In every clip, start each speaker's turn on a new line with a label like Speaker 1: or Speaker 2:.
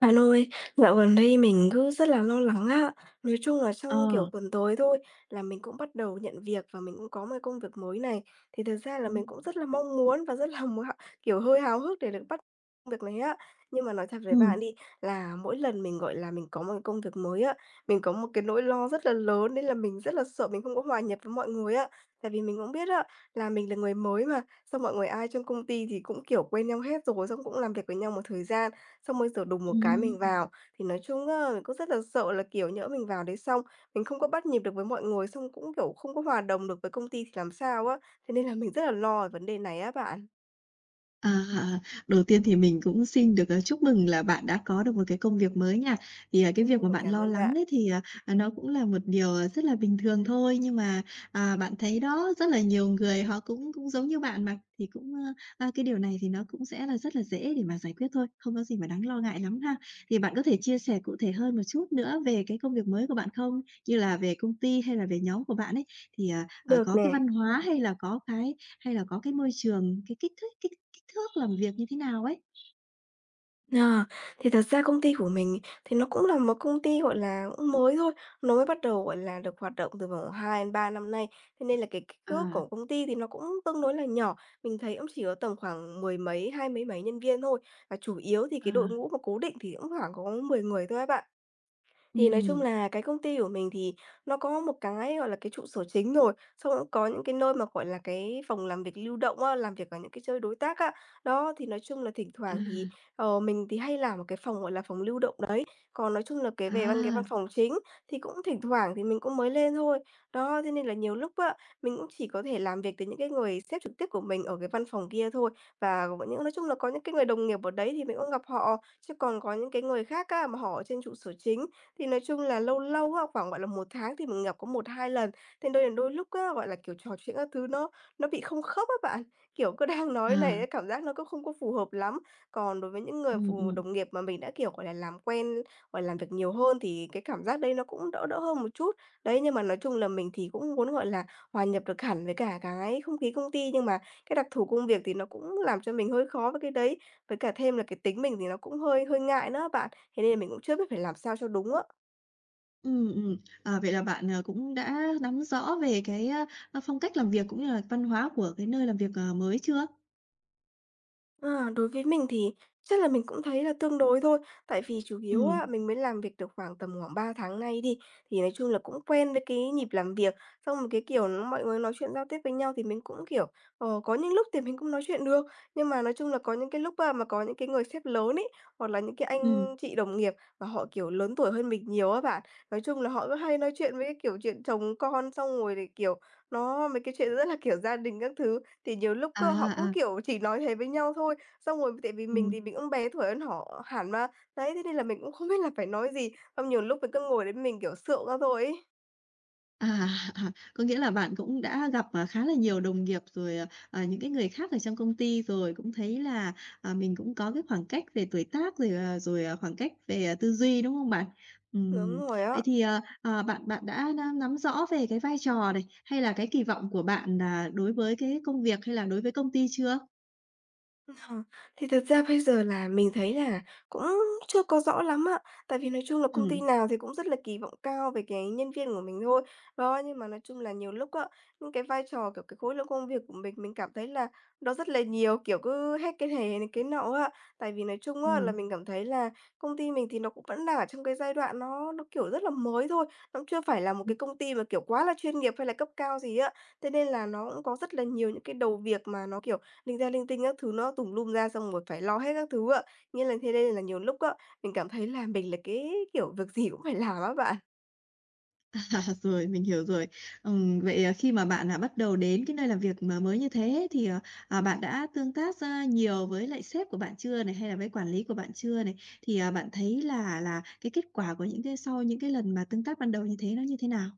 Speaker 1: Bạn ơi, dạo gần đây mình cứ rất là lo lắng á. Nói chung là
Speaker 2: Ờ.
Speaker 1: trong, kiểu, tuần tới thôi là mình cũng bắt đầu nhận việc và mình cũng có một công việc mới này. Thì thực ra là mình
Speaker 2: Ừm.
Speaker 1: cũng rất là mong muốn và rất là muốn kiểu, hơi háo hức để được bắt công việc này á. Nhưng mà nói thật với bạn
Speaker 2: Ừm.
Speaker 1: đi, là mỗi lần mình, gọi là, mình có một cái công việc mới á, mình có một cái nỗi lo rất là lớn nên là mình rất là sợ mình không có hòa nhập với mọi người á. Tại vì mình cũng biết á, là mình là người mới mà, xong mọi người ai trong công ty thì cũng, kiểu, quen nhau hết rồi, xong cũng làm việc với nhau một thời gian. Xong bây giờ đùng một cái
Speaker 2: Ừm.
Speaker 1: mình vào, thì nói chung á, mình cũng rất là sợ là, kiểu, nhỡ mình vào đấy xong, mình không có bắt nhịp được với mọi người, xong cũng, kiểu, không có hòa đồng được với công ty thì làm sao á. Thế nên là mình rất là lo về vấn đề này á bạn.
Speaker 2: À, đầu tiên thì mình cũng xin được, chúc mừng là bạn đã có được một cái công việc mới nha. Thì, cái việc mà
Speaker 1: Ừ,
Speaker 2: bạn
Speaker 1: cảm
Speaker 2: lo
Speaker 1: ơn
Speaker 2: lắng
Speaker 1: bạn.
Speaker 2: đấy thì, nó cũng là một điều, rất là bình thường thôi, nhưng mà, à, bạn thấy đó, rất là nhiều người họ cũng cũng giống như bạn mà, thì cũng, cái điều này thì nó cũng sẽ là rất là dễ để mà giải quyết thôi, không có gì mà đáng lo ngại lắm ha. Thì bạn có thể chia sẻ cụ thể hơn một chút nữa về cái công việc mới của bạn không? Như là về công ty hay là về nhóm của bạn ấy, thì,
Speaker 1: Được
Speaker 2: có cái
Speaker 1: nè.
Speaker 2: văn hóa hay là có cái hay là có cái môi trường, cái kích thích kích Kích thước làm việc như thế nào ấy.
Speaker 1: À, thì thật ra công ty của mình thì nó cũng là một công ty, gọi là, cũng mới thôi, nó mới bắt đầu, gọi là, được hoạt động từ vòng 2 đến 3 năm nay, thế nên là cái kích
Speaker 2: À,
Speaker 1: thước của công ty thì nó cũng tương đối là nhỏ. Mình thấy cũng chỉ có tầm khoảng mười mấy, hai mấy mấy nhân viên thôi, và chủ yếu thì
Speaker 2: à,
Speaker 1: cái đội ngũ mà cố định thì cũng khoảng có 10 người thôi các bạn. Thì nói chung
Speaker 2: ừm,
Speaker 1: là cái công ty của mình thì nó có một cái, gọi là, cái trụ sở chính rồi, xong cũng có những cái nơi mà, gọi là, cái phòng làm việc lưu động á, làm việc ở những cái chơi đối tác á. Đó, thì nói chung là thỉnh
Speaker 2: à,
Speaker 1: thoảng thì, mình thì hay làm một cái phòng, gọi là, phòng lưu động đấy. Còn nói chung là cái về
Speaker 2: à,
Speaker 1: văn phòng chính thì cũng thỉnh thoảng thì mình cũng mới lên thôi. Đó, thế nên là nhiều lúc á, mình cũng chỉ có thể làm việc với những cái người sếp trực tiếp của mình ở cái văn phòng kia thôi. Và có những nói chung là có những cái người đồng nghiệp ở đấy thì mình cũng gặp họ, chứ còn có những cái người khác á, mà họ ở trên trụ sở chính thì nói chung là lâu lâu á, khoảng, gọi là, một tháng thì mình gặp có một hai lần, thế đôi lúc á, gọi là, kiểu, trò chuyện các thứ nó bị không khớp á bạn. Kiểu, cứ đang nói này
Speaker 2: à,
Speaker 1: á, cảm giác nó cũng không có phù hợp lắm. Còn đối với những người
Speaker 2: ừm, ừm,
Speaker 1: đồng nghiệp mà mình đã, kiểu, gọi là, làm quen, gọi là, làm việc nhiều hơn thì cái cảm giác đấy nó cũng đỡ đỡ hơn một chút. Đấy, nhưng mà nói chung là mình thì cũng muốn, gọi là, hòa nhập được hẳn với cả cái không khí công ty, nhưng mà cái đặc thù công việc thì nó cũng làm cho mình hơi khó với cái đấy. Với cả thêm là cái tính mình thì nó cũng hơi hơi ngại nữa bạn, thế nên là mình cũng chưa biết phải làm sao cho đúng á.
Speaker 2: ừm. À, vậy là bạn, cũng đã nắm rõ về cái, phong cách làm việc cũng như là văn hóa của cái nơi làm việc, mới chưa?
Speaker 1: À, đối với mình thì chắc là mình cũng thấy là tương đối thôi, tại vì chủ yếu
Speaker 2: Ừm,
Speaker 1: á, mình mới làm việc được khoảng 3 tháng nay đi, thì nói chung là cũng quen với cái nhịp làm việc, xong một cái kiểu nó mọi người nói chuyện giao tiếp với nhau thì mình cũng, kiểu, có những lúc thì mình cũng nói chuyện được, nhưng mà nói chung là có những cái lúc á, mà có những cái người sếp lớn ấy, hoặc là những cái
Speaker 2: ừm,
Speaker 1: anh chị đồng nghiệp mà họ, kiểu, lớn tuổi hơn mình nhiều á bạn, nói chung là họ cứ hay nói chuyện với cái kiểu chuyện chồng con, xong rồi thì, kiểu, nó mấy cái chuyện rất là, kiểu, gia đình các thứ, thì nhiều lúc cơ họ cứ,
Speaker 2: à, à,
Speaker 1: kiểu, chỉ nói thế với nhau thôi, xong rồi tại vì mình
Speaker 2: ừm.
Speaker 1: thì mình cũng bé tuổi hơn họ hẳn mà, đấy, thế nên là mình cũng không biết là phải nói gì, xong nhiều lúc mình cứ ngồi đấy mình, kiểu, sượng ra thôi ấy.
Speaker 2: À, có nghĩa là bạn cũng đã gặp, khá là nhiều đồng nghiệp rồi, những cái người khác ở trong công ty rồi cũng thấy là, mình cũng có cái khoảng cách về tuổi tác rồi, rồi, khoảng cách về, tư duy, đúng không bạn?
Speaker 1: Đúng
Speaker 2: Ừm,
Speaker 1: rồi á.
Speaker 2: vậy thì, bạn bạn đã nắm rõ về cái vai trò này, hay là cái kỳ vọng của bạn là đối với cái công việc hay là đối với công ty chưa?
Speaker 1: Ờ, thì thật ra bây giờ là mình thấy là cũng chưa có rõ lắm ạ. Tại vì nói chung là công ty
Speaker 2: Ừm,
Speaker 1: nào thì cũng rất là kỳ vọng cao về cái nhân viên của mình thôi. Đó, nhưng mà nói chung là nhiều lúc á, những cái vai trò, kiểu, cái khối lượng công việc của mình cảm thấy là nó rất là nhiều, kiểu, cứ hết cái này đến cái nọ á. Tại vì nói chung á, là
Speaker 2: ừm.
Speaker 1: mình cảm thấy là công ty mình thì nó cũng vẫn đang ở trong cái giai đoạn nó, kiểu, rất là mới thôi, nó cũng chưa phải là một cái công ty mà, kiểu, quá là chuyên nghiệp hay là cấp cao gì á. Thế nên là nó cũng có rất là nhiều những cái đầu việc mà nó, kiểu, linh ta linh tinh các thứ nó tùm lum ra, xong rồi phải lo hết các thứ ạ. Nghĩa là thế nên là nhiều lúc á, mình cảm thấy là mình là cái, kiểu, việc gì cũng phải làm á bạn.
Speaker 2: À, rồi, mình hiểu rồi. Vậy, khi mà bạn, bắt đầu đến cái nơi làm việc mà mới như thế thì, bạn đã tương tác, nhiều với lại sếp của bạn chưa này? Hay là với quản lý của bạn chưa này? Thì, bạn thấy là cái kết quả của những cái sau những cái lần mà tương tác ban đầu như thế nó như thế nào?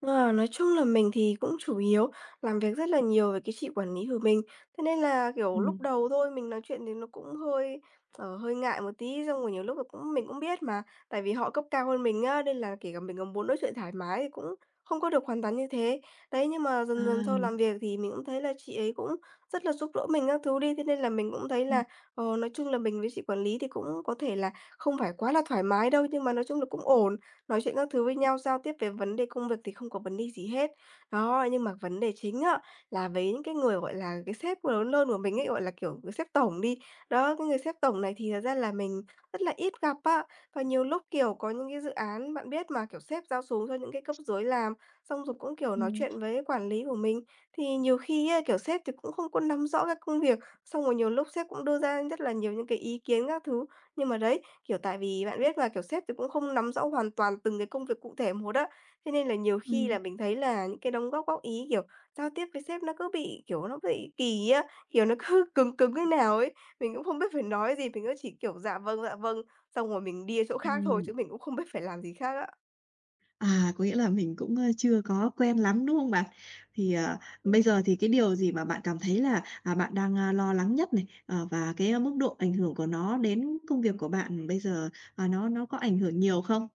Speaker 1: Ờ, nói chung là mình thì cũng chủ yếu làm việc rất là nhiều với cái chị quản lý của mình. Thế nên là, kiểu,
Speaker 2: Ừm.
Speaker 1: lúc đầu thôi mình nói chuyện thì nó cũng hơi, hơi ngại một tí, xong rồi nhiều lúc là cũng mình cũng biết mà, tại vì họ cấp cao hơn mình á, nên là kể cả mình có muốn nói chuyện thoải mái thì cũng không có được hoàn toàn như thế. Đấy, nhưng mà dần dần sau làm
Speaker 2: À.
Speaker 1: việc thì mình cũng thấy là chị ấy cũng rất là giúp đỡ mình các thứ đi, thế nên là mình cũng thấy
Speaker 2: Ừm,
Speaker 1: là, nói chung là mình với chị quản lý thì cũng có thể là không phải quá là thoải mái đâu, nhưng mà nói chung là cũng ổn. Nói chuyện các thứ với nhau, giao tiếp về vấn đề công việc thì không có vấn đề gì hết. Đó, nhưng mà vấn đề chính á, là với những cái người, gọi là, cái sếp lớn hơn của mình ấy, gọi là, kiểu, sếp tổng đi. Đó, cái người sếp tổng này thì thật ra là mình rất là ít gặp á. Và nhiều lúc, kiểu, có những cái dự án bạn biết mà, kiểu, sếp giao xuống cho những cái cấp dưới làm, xong rồi cũng, kiểu, nói
Speaker 2: Ừm.
Speaker 1: chuyện với quản lý của mình. Thì nhiều khi á, kiểu, sếp thì cũng không có nắm rõ các công việc, xong rồi nhiều lúc sếp cũng đưa ra rất là nhiều những cái ý kiến các thứ, nhưng mà đấy, kiểu, tại vì bạn biết mà, kiểu, sếp thì cũng không nắm rõ hoàn toàn từng cái công việc cụ thể một á, thế nên là nhiều khi là
Speaker 2: ừm.
Speaker 1: mình thấy là những cái đóng góp góp ý, kiểu, giao tiếp với sếp nó cứ bị, kiểu, nó bị kỳ á, kiểu, nó cứ cứng cứng thế nào ấy. Mình cũng không biết phải nói gì, mình cứ chỉ, kiểu, "Dạ vâng, dạ vâng", xong rồi mình đi chỗ khác thôi
Speaker 2: Ừm.
Speaker 1: chứ mình cũng không biết phải làm gì khác á.
Speaker 2: À, có nghĩa là mình cũng, chưa có quen lắm, đúng không bạn? Thì, bây giờ
Speaker 1: Ừm.
Speaker 2: thì cái điều gì mà bạn cảm thấy là, bạn đang, lo lắng nhất này, và cái, mức độ ảnh hưởng của nó đến công việc của bạn bây giờ, nó có ảnh hưởng nhiều không?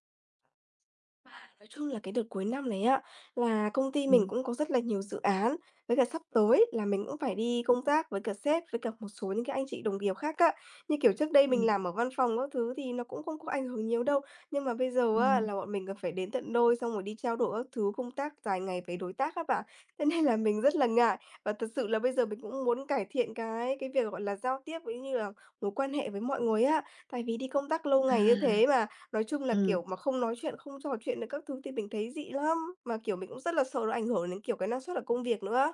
Speaker 1: Nói chung là cái đợt cuối năm này á, là công ty mình
Speaker 2: Ừm,
Speaker 1: cũng có rất là nhiều dự án, với cả sắp tới là mình cũng phải đi công tác với cả sếp, với cả một số những cái anh chị đồng nghiệp khác á. Như kiểu trước đây mình
Speaker 2: ừm.
Speaker 1: làm ở văn phòng các thứ thì nó cũng không có ảnh hưởng nhiều đâu, nhưng mà bây giờ á,
Speaker 2: Ừm,
Speaker 1: là bọn mình còn phải đến tận nơi xong rồi đi trao đổi các thứ công tác dài ngày với đối tác các bạn. Thế nên là mình rất là ngại và thật sự là bây giờ mình cũng muốn cải thiện cái việc, gọi là, giao tiếp, cũng như là mối quan hệ với mọi người á. Tại vì đi công tác lâu ngày như
Speaker 2: à.
Speaker 1: thế mà. Nói chung là,
Speaker 2: Ừ.
Speaker 1: kiểu, mà không nói chuyện, không trò chuyện được các thứ thì mình thấy dị lắm, mà, kiểu, mình cũng rất là sợ nó ảnh hưởng đến, kiểu, cái năng suất ở công việc nữa.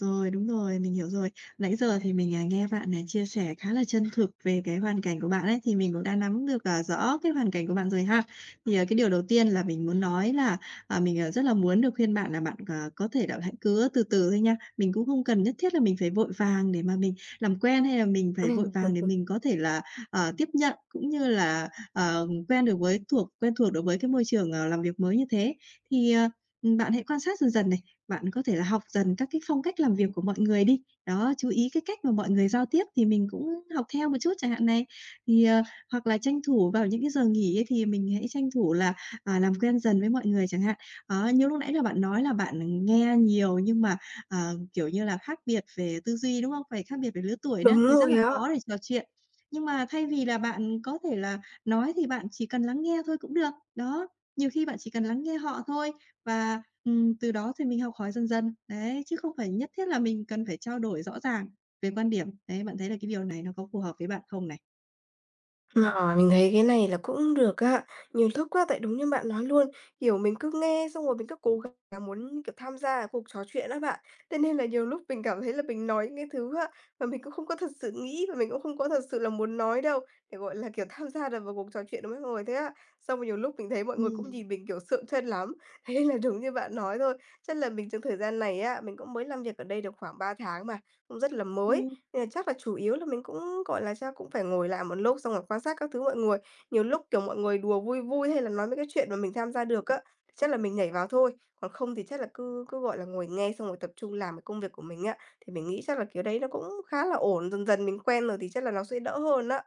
Speaker 2: Rồi, đúng rồi, mình hiểu rồi. Nãy giờ thì mình, nghe bạn, này chia sẻ khá là chân thực về cái hoàn cảnh của bạn ấy, thì mình cũng đã nắm được, rõ cái hoàn cảnh của bạn rồi ha. Thì, cái điều đầu tiên là mình muốn nói là, mình, rất là muốn được khuyên bạn là bạn, có thể là hãy cứ từ từ thôi nha. Mình cũng không cần nhất thiết là mình phải vội vàng để mà mình làm quen, hay là mình phải vội
Speaker 1: Ừm.
Speaker 2: vàng để mình có thể là, tiếp nhận cũng như là, quen được với thuộc đối với cái môi trường, làm việc mới như thế. Thì, bạn hãy quan sát dần dần này. Bạn có thể là học dần các cái phong cách làm việc của mọi người đi. Đó, chú ý cái cách mà mọi người giao tiếp thì mình cũng học theo một chút chẳng hạn này. Thì, hoặc là tranh thủ vào những cái giờ nghỉ ấy thì mình hãy tranh thủ là, làm quen dần với mọi người chẳng hạn. Đó, như lúc nãy là bạn nói là bạn nghe nhiều nhưng mà, kiểu như là, khác biệt về tư duy, đúng không? Phải khác biệt về lứa tuổi nữa
Speaker 1: Đúng
Speaker 2: thì rất
Speaker 1: rồi
Speaker 2: là
Speaker 1: á.
Speaker 2: khó để trò chuyện. Nhưng mà thay vì là bạn có thể là nói thì bạn chỉ cần lắng nghe thôi cũng được. Đó, nhiều khi bạn chỉ cần lắng nghe họ thôi và từ đó thì mình học hỏi dần dần, đấy, chứ không phải nhất thiết là mình cần phải trao đổi rõ ràng về quan điểm. Đấy, bạn thấy là cái điều này nó có phù hợp với bạn không này?
Speaker 1: Ờ, mình thấy cái này là cũng được á. Nhiều lúc á, tại đúng như bạn nói luôn, kiểu, mình cứ nghe xong rồi mình cứ cố gắng là muốn, kiểu, tham gia cái cuộc trò chuyện á bạn. Thế nên là nhiều lúc mình cảm thấy là mình nói những cái thứ á, mà mình cũng không có thật sự nghĩ và mình cũng không có thật sự là muốn nói đâu, để, gọi là, kiểu, tham gia được vào cuộc trò chuyện với mọi người thế á. Xong rồi nhiều lúc mình thấy mọi người
Speaker 2: Ừm.
Speaker 1: cũng nhìn mình, kiểu, sượng chân lắm. Thế nên là đúng như bạn nói thôi, chắc là mình trong thời gian này á, mình cũng mới làm việc ở đây được khoảng 3 tháng mà, cũng rất là mới,
Speaker 2: Ừm.
Speaker 1: nên là chắc là chủ yếu là mình cũng, gọi là, chắc cũng phải ngồi lại một lúc xong rồi quan sát các thứ mọi người. Nhiều lúc, kiểu, mọi người đùa vui vui hay là nói mấy cái chuyện mà mình tham gia được á, thì chắc là mình nhảy vào thôi, còn không thì chắc là cứ cứ, gọi là, ngồi nghe xong rồi tập trung làm cái công việc của mình á, thì mình nghĩ chắc là kiểu đấy nó cũng khá là ổn, dần dần mình quen rồi thì chắc là nó sẽ đỡ hơn á.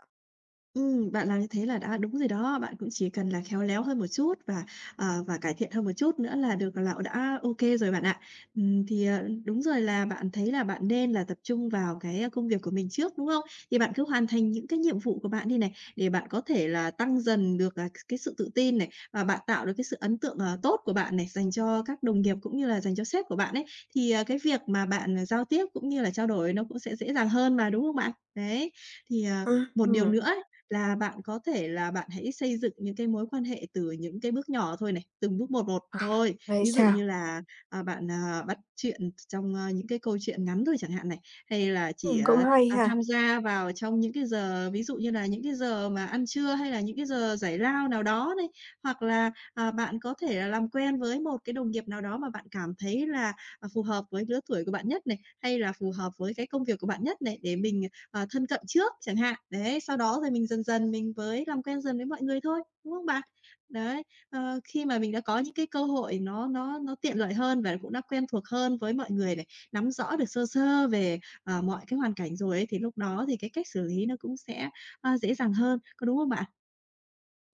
Speaker 2: Bạn làm như thế là đã đúng rồi đó. Bạn cũng chỉ cần là khéo léo hơn một chút và, và cải thiện hơn một chút nữa là được là đã ok rồi bạn ạ. Thì, đúng rồi là bạn thấy là bạn nên là tập trung vào cái, công việc của mình trước, đúng không? Thì bạn cứ hoàn thành những cái nhiệm vụ của bạn đi này, để bạn có thể là tăng dần được, cái sự tự tin này, và bạn tạo được cái sự ấn tượng, tốt của bạn này, dành cho các đồng nghiệp cũng như là dành cho sếp của bạn ấy. Thì, cái việc mà bạn, giao tiếp cũng như là trao đổi nó cũng sẽ dễ dàng hơn mà, đúng không bạn? Đấy, thì, một điều
Speaker 1: Ừm,
Speaker 2: nữa là bạn có thể là bạn hãy xây dựng những cái mối quan hệ từ những cái bước nhỏ thôi này, từng bước một một
Speaker 1: à,
Speaker 2: thôi.
Speaker 1: vậy
Speaker 2: Ví dụ
Speaker 1: sao?
Speaker 2: như là, bạn, bắt chuyện trong, những cái câu chuyện ngắn thôi chẳng hạn này, hay là chỉ,
Speaker 1: Cũng hay ha.
Speaker 2: tham gia vào trong những cái giờ ví dụ như là những cái giờ mà ăn trưa hay là những cái giờ giải lao nào đó này, hoặc là, bạn có thể là làm quen với một cái đồng nghiệp nào đó mà bạn cảm thấy là, phù hợp với lứa tuổi của bạn nhất này, hay là phù hợp với cái công việc của bạn nhất này, để mình, thân cận trước chẳng hạn. Đấy, sau đó rồi mình dần dần mình mới làm quen dần với mọi người thôi, đúng không bạn? Đấy, khi mà mình đã có những cái cơ hội nó tiện lợi hơn và cũng đã quen thuộc hơn với mọi người này, nắm rõ được sơ sơ về, mọi cái hoàn cảnh rồi ấy, thì lúc đó thì cái cách xử lý nó cũng sẽ, dễ dàng hơn, có đúng không bạn?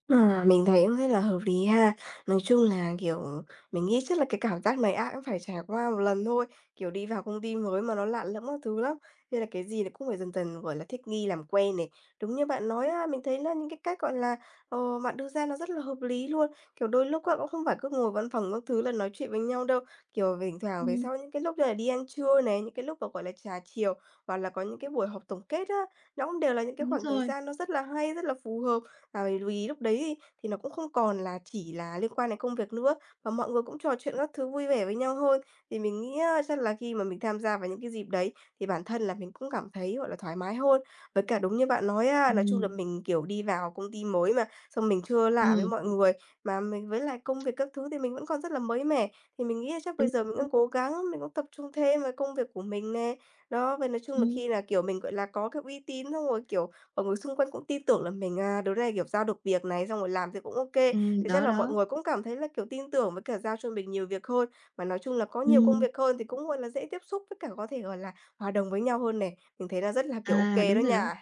Speaker 1: À, mình thấy cũng rất là hợp lý ha. Nói chung là, kiểu, mình nghĩ chắc là cái cảm giác này ai cũng phải trải qua một lần thôi, kiểu, đi vào công ty mới mà nó lạ lẫm các thứ lắm, nên là cái gì nó cũng phải dần dần, gọi là, thích nghi, làm quen này. Đúng như bạn nói á, mình thấy là những cái cách, gọi là, bạn đưa ra nó rất là hợp lý luôn. Kiểu, đôi lúc á, cũng không phải cứ ngồi văn phòng các thứ là nói chuyện với nhau đâu, kiểu, thỉnh thoảng về
Speaker 2: Ừm,
Speaker 1: sau những cái lúc như là đi ăn trưa này, những cái lúc mà, gọi là, trà chiều, hoặc là có những cái buổi họp tổng kết á, nó cũng đều là những cái
Speaker 2: đúng
Speaker 1: khoảng thời
Speaker 2: rồi.
Speaker 1: gian nó rất là hay, rất là phù hợp. Và bởi vì lúc đấy thì nó cũng không còn là chỉ là liên quan đến công việc nữa, và mọi người cũng trò chuyện các thứ vui vẻ với nhau hơn. Thì mình nghĩ á, chắc là khi mà mình tham gia vào những cái dịp đấy thì bản thân là mình cũng cảm thấy, gọi là, thoải mái hơn. Với cả đúng như bạn nói á, nói chung là
Speaker 2: Ừm,
Speaker 1: mình, kiểu, đi vào công ty mới mà, xong mình chưa lạ với
Speaker 2: ừm,
Speaker 1: mọi người, mà mình với lại công việc các thứ thì mình vẫn còn rất là mới mẻ. Thì mình nghĩ là chắc bây
Speaker 2: đúng,
Speaker 1: giờ mình
Speaker 2: đúng.
Speaker 1: cũng cố gắng, mình cũng tập trung thêm vào công việc của mình nè. Đó, và nói chung là
Speaker 2: Ừm,
Speaker 1: khi là, kiểu, mình, gọi là, có cái uy tín xong rồi, kiểu. Mọi người xung quanh cũng tin tưởng là mình, à, đứa này, kiểu, giao được việc này, xong rồi làm thì cũng OK. Thế chắc
Speaker 2: đó,
Speaker 1: là mọi
Speaker 2: đó.
Speaker 1: người cũng cảm thấy là, kiểu, tin tưởng với cả giao cho mình nhiều việc hơn. Mà nói chung là có nhiều công
Speaker 2: Ừm.
Speaker 1: việc hơn thì cũng, gọi là, dễ tiếp xúc với cả có thể, gọi là, hòa đồng với nhau hơn này. Mình thấy là rất là, kiểu, OK
Speaker 2: À,
Speaker 1: đó
Speaker 2: đúng rồi đó.
Speaker 1: nha.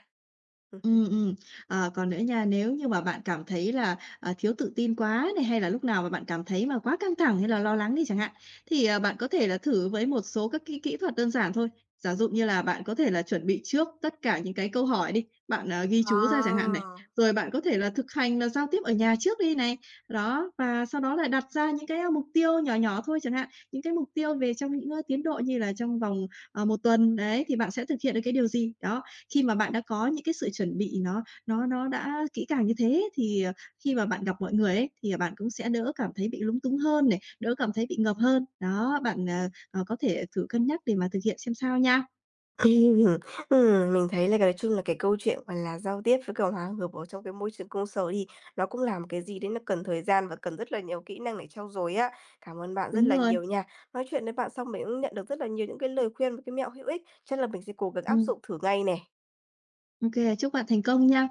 Speaker 1: Ừm.
Speaker 2: Ừ, ừ. Ờ, còn nữa nha, nếu như mà bạn cảm thấy là, thiếu tự tin quá này, hay là lúc nào mà bạn cảm thấy mà quá căng thẳng hay là lo lắng đi chẳng hạn, thì, bạn có thể là thử với một số các kỹ kỹ thuật đơn giản thôi. Giả dụ như là bạn có thể là chuẩn bị trước tất cả những cái câu hỏi đi, bạn, ghi chú ra chẳng hạn này,
Speaker 1: À.
Speaker 2: rồi bạn có thể là thực hành là giao tiếp ở nhà trước đi này. Đó, và sau đó là đặt ra những cái, mục tiêu nhỏ nhỏ thôi chẳng hạn, những cái mục tiêu về trong những, tiến độ như là trong vòng 1 tuần, đấy, thì bạn sẽ thực hiện được cái điều gì? Đó, khi mà bạn đã có những cái sự chuẩn bị nó đã kỹ càng như thế thì, khi mà bạn gặp mọi người ấy, thì bạn cũng sẽ đỡ cảm thấy bị lúng túng hơn này, đỡ cảm thấy bị ngợp hơn. Đó, bạn, có thể thử cân nhắc để mà thực hiện xem sao nha.
Speaker 1: Ừm, ừm, mình thấy là cái nói chung là cái câu chuyện, gọi là, giao tiếp với cả hòa hợp ở trong cái môi trường công sở đi, nó cũng là một cái gì đấy nó cần thời gian và cần rất là nhiều kỹ năng để trau dồi á. Cảm ơn bạn rất
Speaker 2: Đúng
Speaker 1: là
Speaker 2: rồi,
Speaker 1: nhiều nha. Nói chuyện với bạn xong mình cũng nhận được rất là nhiều những cái lời khuyên và cái mẹo hữu ích, chắc là mình sẽ cố gắng áp
Speaker 2: ừm,
Speaker 1: dụng thử ngay nè.
Speaker 2: ô chúc bạn thành công nha.